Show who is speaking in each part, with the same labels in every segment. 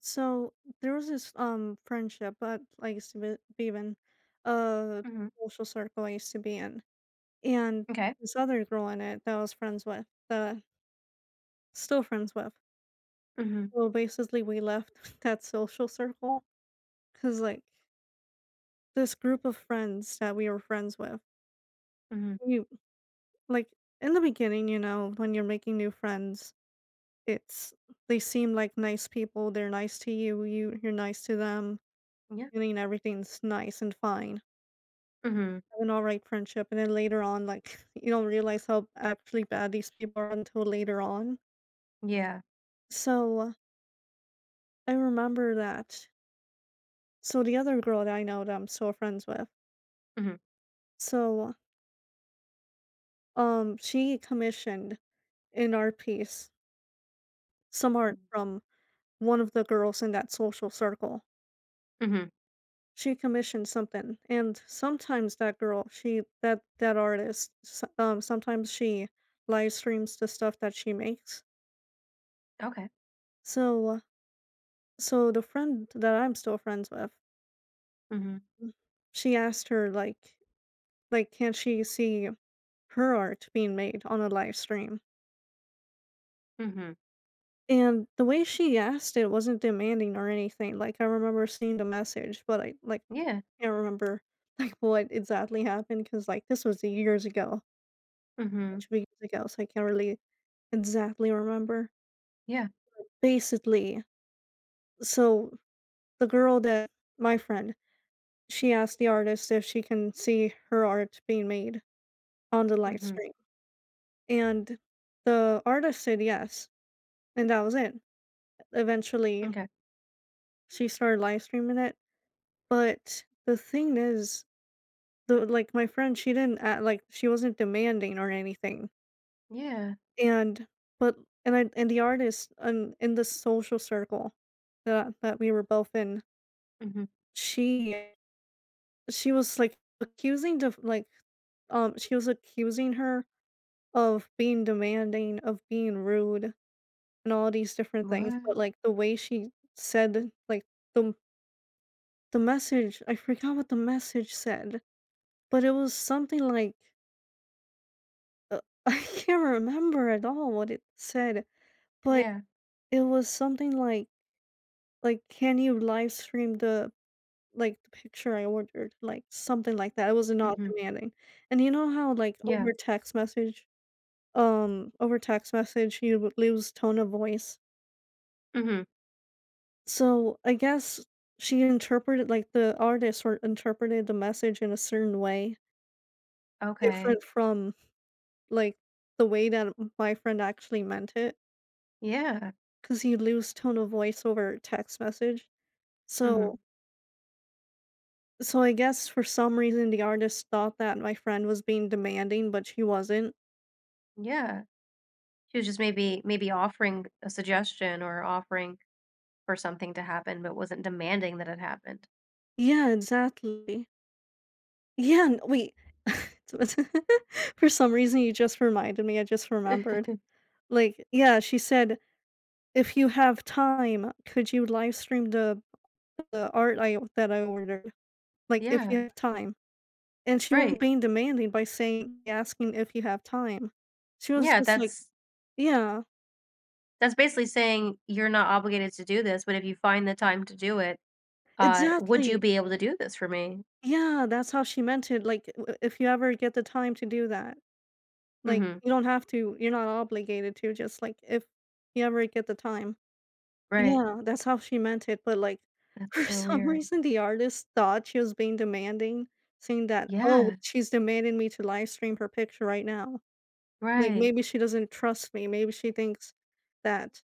Speaker 1: So there was this friendship that I used to be in, a
Speaker 2: Mhm.
Speaker 1: social circle I used to be in, and
Speaker 2: Okay.
Speaker 1: this other girl in it that I was friends with, that still friends with.
Speaker 2: Mhm.
Speaker 1: So basically we left that social circle because like this group of friends that we were friends with,
Speaker 2: Mhm.
Speaker 1: you like in the beginning, when you're making new friends, it's they seem like nice people. They're nice to you. You're nice to them.
Speaker 2: Yeah.
Speaker 1: And everything's nice and fine
Speaker 2: Mhm.
Speaker 1: an alright friendship, and then later on, like, you don't realize how actually bad these people are until later on.
Speaker 2: Yeah.
Speaker 1: So, I remember that so the other girl that I know that I'm still friends with,
Speaker 2: Mhm.
Speaker 1: so, she commissioned in our piece some
Speaker 2: Mhm.
Speaker 1: art from one of the girls in that social circle.
Speaker 2: Mhm.
Speaker 1: She commissioned something, and sometimes that girl, she that that artist, s sometimes she live streams the stuff that she makes.
Speaker 2: Okay.
Speaker 1: So So the friend that I'm still friends with,
Speaker 2: Mhm.
Speaker 1: she asked her like can she see her art being made on a live stream?
Speaker 2: Mhm.
Speaker 1: And the way she asked it wasn't demanding or anything. Like I remember seeing the message, but I like
Speaker 2: Yeah.
Speaker 1: can't remember like what exactly happened because like this was years ago,
Speaker 2: Mhm.
Speaker 1: 2 years ago, so I can't really exactly remember.
Speaker 2: Yeah.
Speaker 1: Basically, so the girl that my friend, she asked the artist if she can see her art being made on the live
Speaker 2: Mhm.
Speaker 1: stream, and the artist said yes, and that was it. Eventually,
Speaker 2: Okay.
Speaker 1: she started live streaming it, but the thing is, my friend, she didn't a like, she wasn't demanding or anything,
Speaker 2: Yeah.
Speaker 1: and but and the artist and in the social circle that we were both in,
Speaker 2: Mhm.
Speaker 1: she she was, like, accusing she was accusing her of being demanding, of being rude, and all these different things,
Speaker 2: What?
Speaker 1: but, like, the way she said, like, the the message I forgot what the message said, but it was something like, uh, I can't remember at all what it said, but
Speaker 2: Yeah.
Speaker 1: it was something like, "Can you live stream the picture I ordered?" Like, something like that, it was not
Speaker 2: Mhm.
Speaker 1: demanding, and you know how, like,
Speaker 2: Yeah.
Speaker 1: over text message, you would lose tone of voice?
Speaker 2: Mhm.
Speaker 1: So, I guess the artist or interpreted the message in a certain way,
Speaker 2: Okay.
Speaker 1: different from, like, the way that m my friend actually meant it,
Speaker 2: Yeah.
Speaker 1: because you lose tone of voice over text message.
Speaker 2: Mhm.
Speaker 1: So so I guess for some reason, the artist thought that my friend was being demanding, but she wasn't.
Speaker 2: Yeah. She was just maybe offering a suggestion or offering for something to happen, but wasn't demanding that it happened.
Speaker 1: Yeah, exactly. Yeah, n wait. For some reason, you just reminded me, I just remembered. Like, yeah, she said, "If you have time, could you live stream the art I that I ordered?" Like, if
Speaker 2: Yeah.
Speaker 1: you have time. And she was
Speaker 2: Right.
Speaker 1: being demanding by saying asking if you have time. She was
Speaker 2: Yeah.
Speaker 1: just like. Yeah,
Speaker 2: That's basically saying you're not obligated to do this, but if you find the time to do it, would
Speaker 1: exactly.
Speaker 2: you be able to do this for me?
Speaker 1: Yeah, that's how she meant it, like, w if you ever get the time to do that. Like,
Speaker 2: Mhm,
Speaker 1: you don't have to, you're not obligated to, just, like, if you ever get the time.
Speaker 2: right.
Speaker 1: Yeah, that's how she meant it, but, like,
Speaker 2: That's
Speaker 1: for
Speaker 2: so
Speaker 1: some
Speaker 2: weird.
Speaker 1: reason, the artist thought she was being demanding, saying that, "Oh,
Speaker 2: Yeah,
Speaker 1: she's demanding me to live stream her picture right now." Like,
Speaker 2: right,
Speaker 1: maybe she doesn't trust me, maybe she thinks that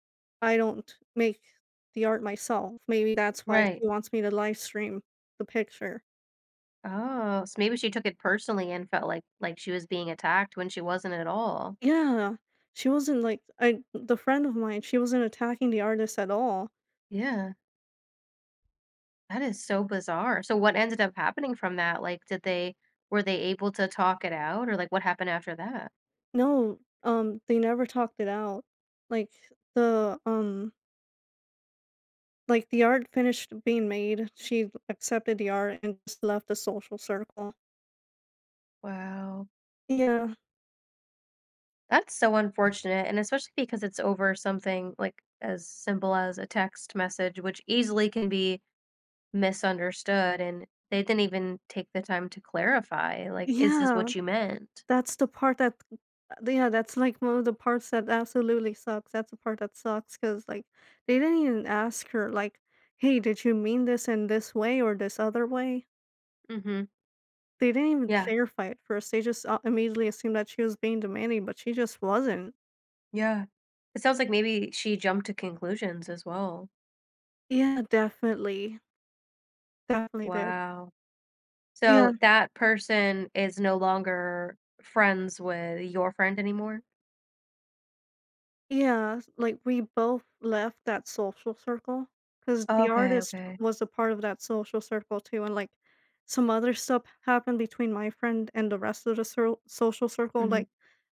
Speaker 1: I don't make the art myself, maybe that's why
Speaker 2: right.
Speaker 1: she wants me to live stream the picture.
Speaker 2: Oh, so maybe she took it personally and felt like she was being attacked when she wasn't at all.
Speaker 1: Yeah, she wasn't, like I the friend of mine, she wasn't attacking the artist at all.
Speaker 2: Yeah, that is so bizarre. So what ended up happening from that? Like, did they were they able to talk it out or like what happened after that?
Speaker 1: No, they never talked it out. Like, the, um like, the art finished being made, she accepted the art and just left the social circle.
Speaker 2: Wow.
Speaker 1: Yeah.
Speaker 2: That's so unfortunate, and especially because it's over something like as simple as a text message, which easily can be misunderstood, and they didn't even take the time to clarify, like, "Is this
Speaker 1: Yeah,
Speaker 2: what you meant?"
Speaker 1: that's the part that yeah, that's, like, one of the parts that absolutely sucks, that's the part that sucks because like, they didn't even ask her, like, "Hey, did you mean this in this way or this other way?"
Speaker 2: Mhm.
Speaker 1: They didn't even
Speaker 2: Yeah,
Speaker 1: clarify it first, they just, immediately assumed that she was being demanding, but she just wasn't.
Speaker 2: yeah. It sounds like maybe she jumped to conclusions as well.
Speaker 1: Yeah, definitely, definitely did.
Speaker 2: Wow.
Speaker 1: Yeah.
Speaker 2: So that person is no longer friends with your friend anymore?
Speaker 1: Yeah, s like, we both left that social circle because the
Speaker 2: Okay,
Speaker 1: artist
Speaker 2: okay.
Speaker 1: was a part of that social circle too, and, like, some other stuff happened between my friend and the rest of the cir social circle,
Speaker 2: Mhm,
Speaker 1: like,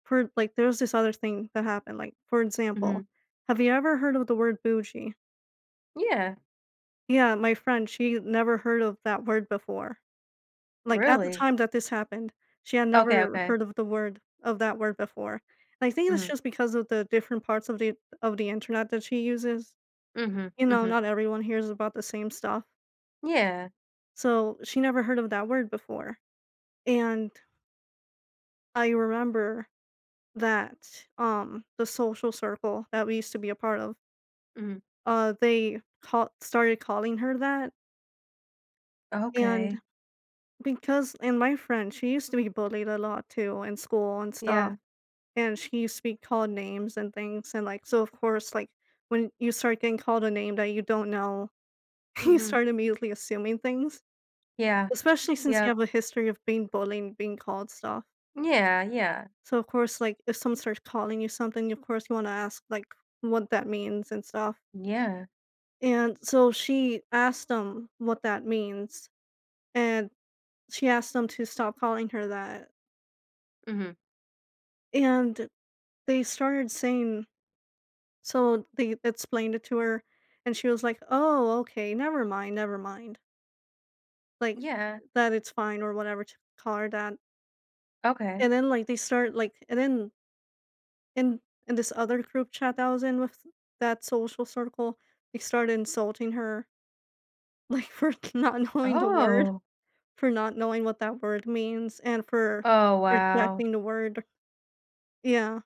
Speaker 1: for like, there was this other thing that happened, like, for
Speaker 2: mhm.
Speaker 1: example, have you ever heard of the word bougie?
Speaker 2: Yeah,
Speaker 1: Yeah, my friend, she never heard of that word before. Like, at the
Speaker 2: really?
Speaker 1: time that this happened, she had
Speaker 2: Okay,
Speaker 1: never
Speaker 2: okay.
Speaker 1: heard of the word of that word before, and I think that's
Speaker 2: Mhm,
Speaker 1: just because of the different parts of the internet that she uses.
Speaker 2: mhm,
Speaker 1: You know,
Speaker 2: mhm.
Speaker 1: not everyone hears about the same stuff,
Speaker 2: Yeah.
Speaker 1: so she never heard of that word before, and I remember that, the social circle that we used to be a part of,
Speaker 2: Mm.
Speaker 1: they call started calling her that, and
Speaker 2: Okay.
Speaker 1: because and my friend, she used to be bullied a lot too in school and stuff.
Speaker 2: Yeah.
Speaker 1: And she used to be called names and things, and, like so, of course, like, when you start getting called a name that you don't know, you
Speaker 2: Mhm.
Speaker 1: start immediately assuming things,
Speaker 2: Yeah.
Speaker 1: especially since you
Speaker 2: Yep.
Speaker 1: have a history of being bullied and being called stuff.
Speaker 2: Yeah, yeah.
Speaker 1: So, of course, like, if someone starts calling you something, of course, you wanna ask, like, what that means and stuff,
Speaker 2: Yeah.
Speaker 1: and so she asked them what that means, and she asked them to stop calling her that,
Speaker 2: Mhm.
Speaker 1: and they started saying so they explained it to her, and she was like, "Oh, okay, never mind, never mind." Like
Speaker 2: Yeah.
Speaker 1: that it's fine or whatever to call her that.
Speaker 2: Okay.
Speaker 1: And then like they start like and then in in this other group chat that I was in with that social circle, they started insulting her like for not knowing the word,
Speaker 2: Oh.
Speaker 1: for not knowing what that word means and for
Speaker 2: Oh, wow.
Speaker 1: rejecting the word. Yeah.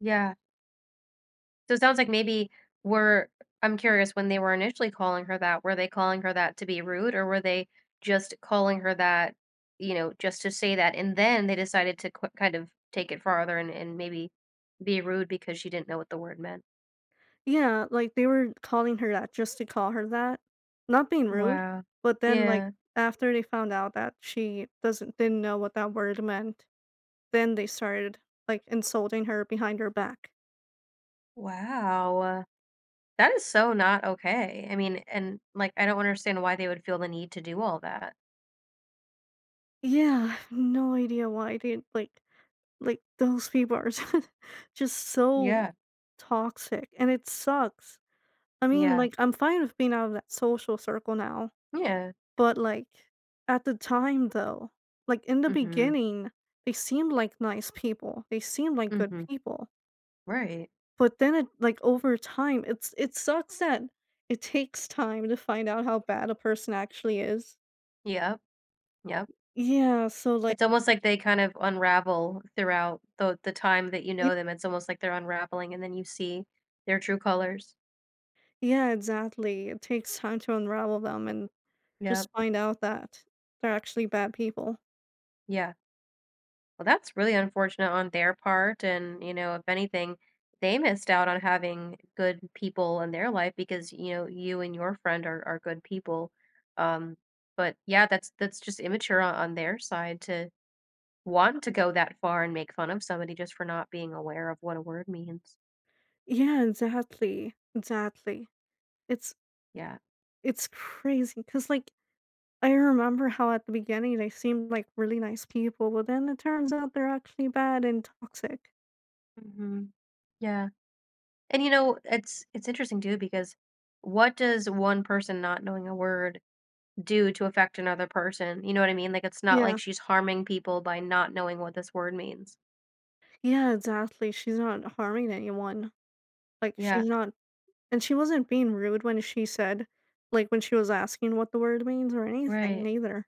Speaker 2: Yeah. So it sounds like maybe were I'm curious when they were initially calling her that, were they calling her that to be rude or were they just calling her that, you know, just to say that and then they decided to qu kind of take it farther and maybe be rude because she didn't know what the word meant?
Speaker 1: Yeah, like, they were calling her that just to call her that. Not being rude,
Speaker 2: Wow.
Speaker 1: but then, like,
Speaker 2: Yeah.
Speaker 1: after they found out that she doesn't didn't know what that word meant, then they started, like, insulting her behind her back.
Speaker 2: Wow. That is so not okay. I mean, and, like, I don't understand why they would feel the need to do all that.
Speaker 1: Yeah, I have no idea why they like, those people are just so
Speaker 2: Yeah,
Speaker 1: toxic, and it sucks. I mean,
Speaker 2: yeah,
Speaker 1: like, I'm fine with being out of that social circle now.
Speaker 2: yeah.
Speaker 1: But, like, at the time, though, like, in the
Speaker 2: Mhm,
Speaker 1: beginning, they seemed like nice people, they seemed like good
Speaker 2: mhm,
Speaker 1: people,
Speaker 2: right.
Speaker 1: but then it like, over time, it sucks that it takes time to find out how bad a person actually is.
Speaker 2: Yep, yep.
Speaker 1: Yeah, so, like.
Speaker 2: It's almost like they kind of unravel throughout the time that you
Speaker 1: Y
Speaker 2: know them. It's almost like they're unraveling, and then you see their true colors.
Speaker 1: yeah, exactly, it takes time to unravel them and just
Speaker 2: Yep,
Speaker 1: find out that they're actually bad people.
Speaker 2: yeah. Well, that's really unfortunate on their part, and, you know, if anything, they missed out on having good people in their life because, you know, you and your friend are good people, um, but, yeah, that's just immature on their side to want to go that far and make fun of somebody just for not being aware of what a word means.
Speaker 1: Yeah, exactly, exactly. It's
Speaker 2: Yeah.
Speaker 1: it's crazy because like I remember how at the beginning they seemed like really nice people, but then it turns out they're actually bad and toxic.
Speaker 2: Mhm. Yeah, and, you know, it's interesting too because what does one person not knowing a word do to affect another person, you know what I mean? Like, it's not like
Speaker 1: Yeah.
Speaker 2: she's harming people by not knowing what this word means.
Speaker 1: Yeah, exactly. She's not harming anyone. Like
Speaker 2: Yeah,
Speaker 1: she's not and she wasn't being rude when she said like when she was asking what the word means or anything
Speaker 2: right.
Speaker 1: neither.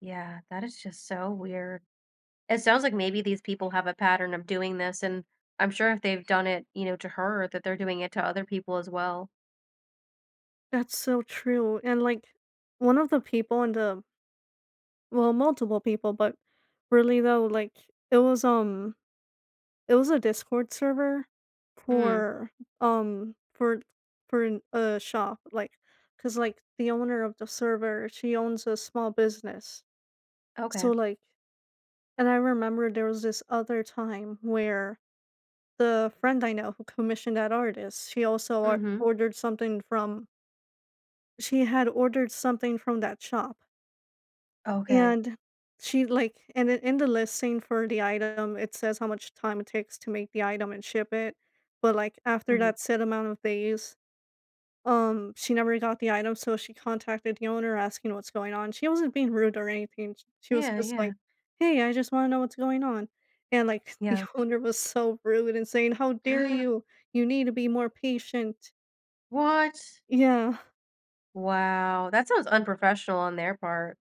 Speaker 2: Yeah, that is just so weird. It sounds like maybe these people have a pattern of doing this, and I'm sure if they've done it, you know, to her, that they're doing it to other people as well.
Speaker 1: That's so true. And like one of the people in the well, multiple people, but really though, like it was a Discord server
Speaker 2: Mm,
Speaker 1: for, um, for for an a shop, like, cause like, the owner of the server, she owns a small business. So,
Speaker 2: okay.
Speaker 1: like and I remember there was this other time where the friend I know who commissioned that artist,
Speaker 2: Mm-hmm.
Speaker 1: she had ordered something from that shop.
Speaker 2: Okay.
Speaker 1: And she, like and then in the listing for the item, it says how much time it takes to make the item and ship it, but, like, after
Speaker 2: Mm-hmm.
Speaker 1: that set amount of days, she never got the item, so she contacted the owner asking what's going on. She wasn't being rude or anything, sh she was
Speaker 2: Yeah,
Speaker 1: just
Speaker 2: yeah,
Speaker 1: like, "Hey, I just wanna know what's going on," and, like, the
Speaker 2: yeah.
Speaker 1: owner was so rude and saying, "How dare you? You need to be more patient."
Speaker 2: What?
Speaker 1: Yeah.
Speaker 2: Wow. That sounds unprofessional on their part.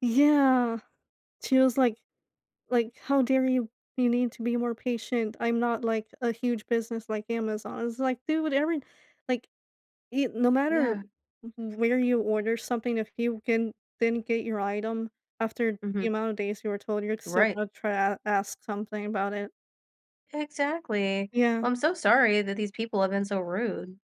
Speaker 1: Yeah. She was like, "Like, how dare you? You need to be more patient. I'm not like a huge business like Amazon." It's like, dude, every like it, no matter
Speaker 2: Yeah.
Speaker 1: where you order something, if you can then get your item after the
Speaker 2: Mm-hmm.
Speaker 1: amount of days you were told, you're still
Speaker 2: Right.
Speaker 1: gonna try to ask something about it.
Speaker 2: Exactly.
Speaker 1: Yeah.
Speaker 2: Well, I'm so sorry that these people have been so rude.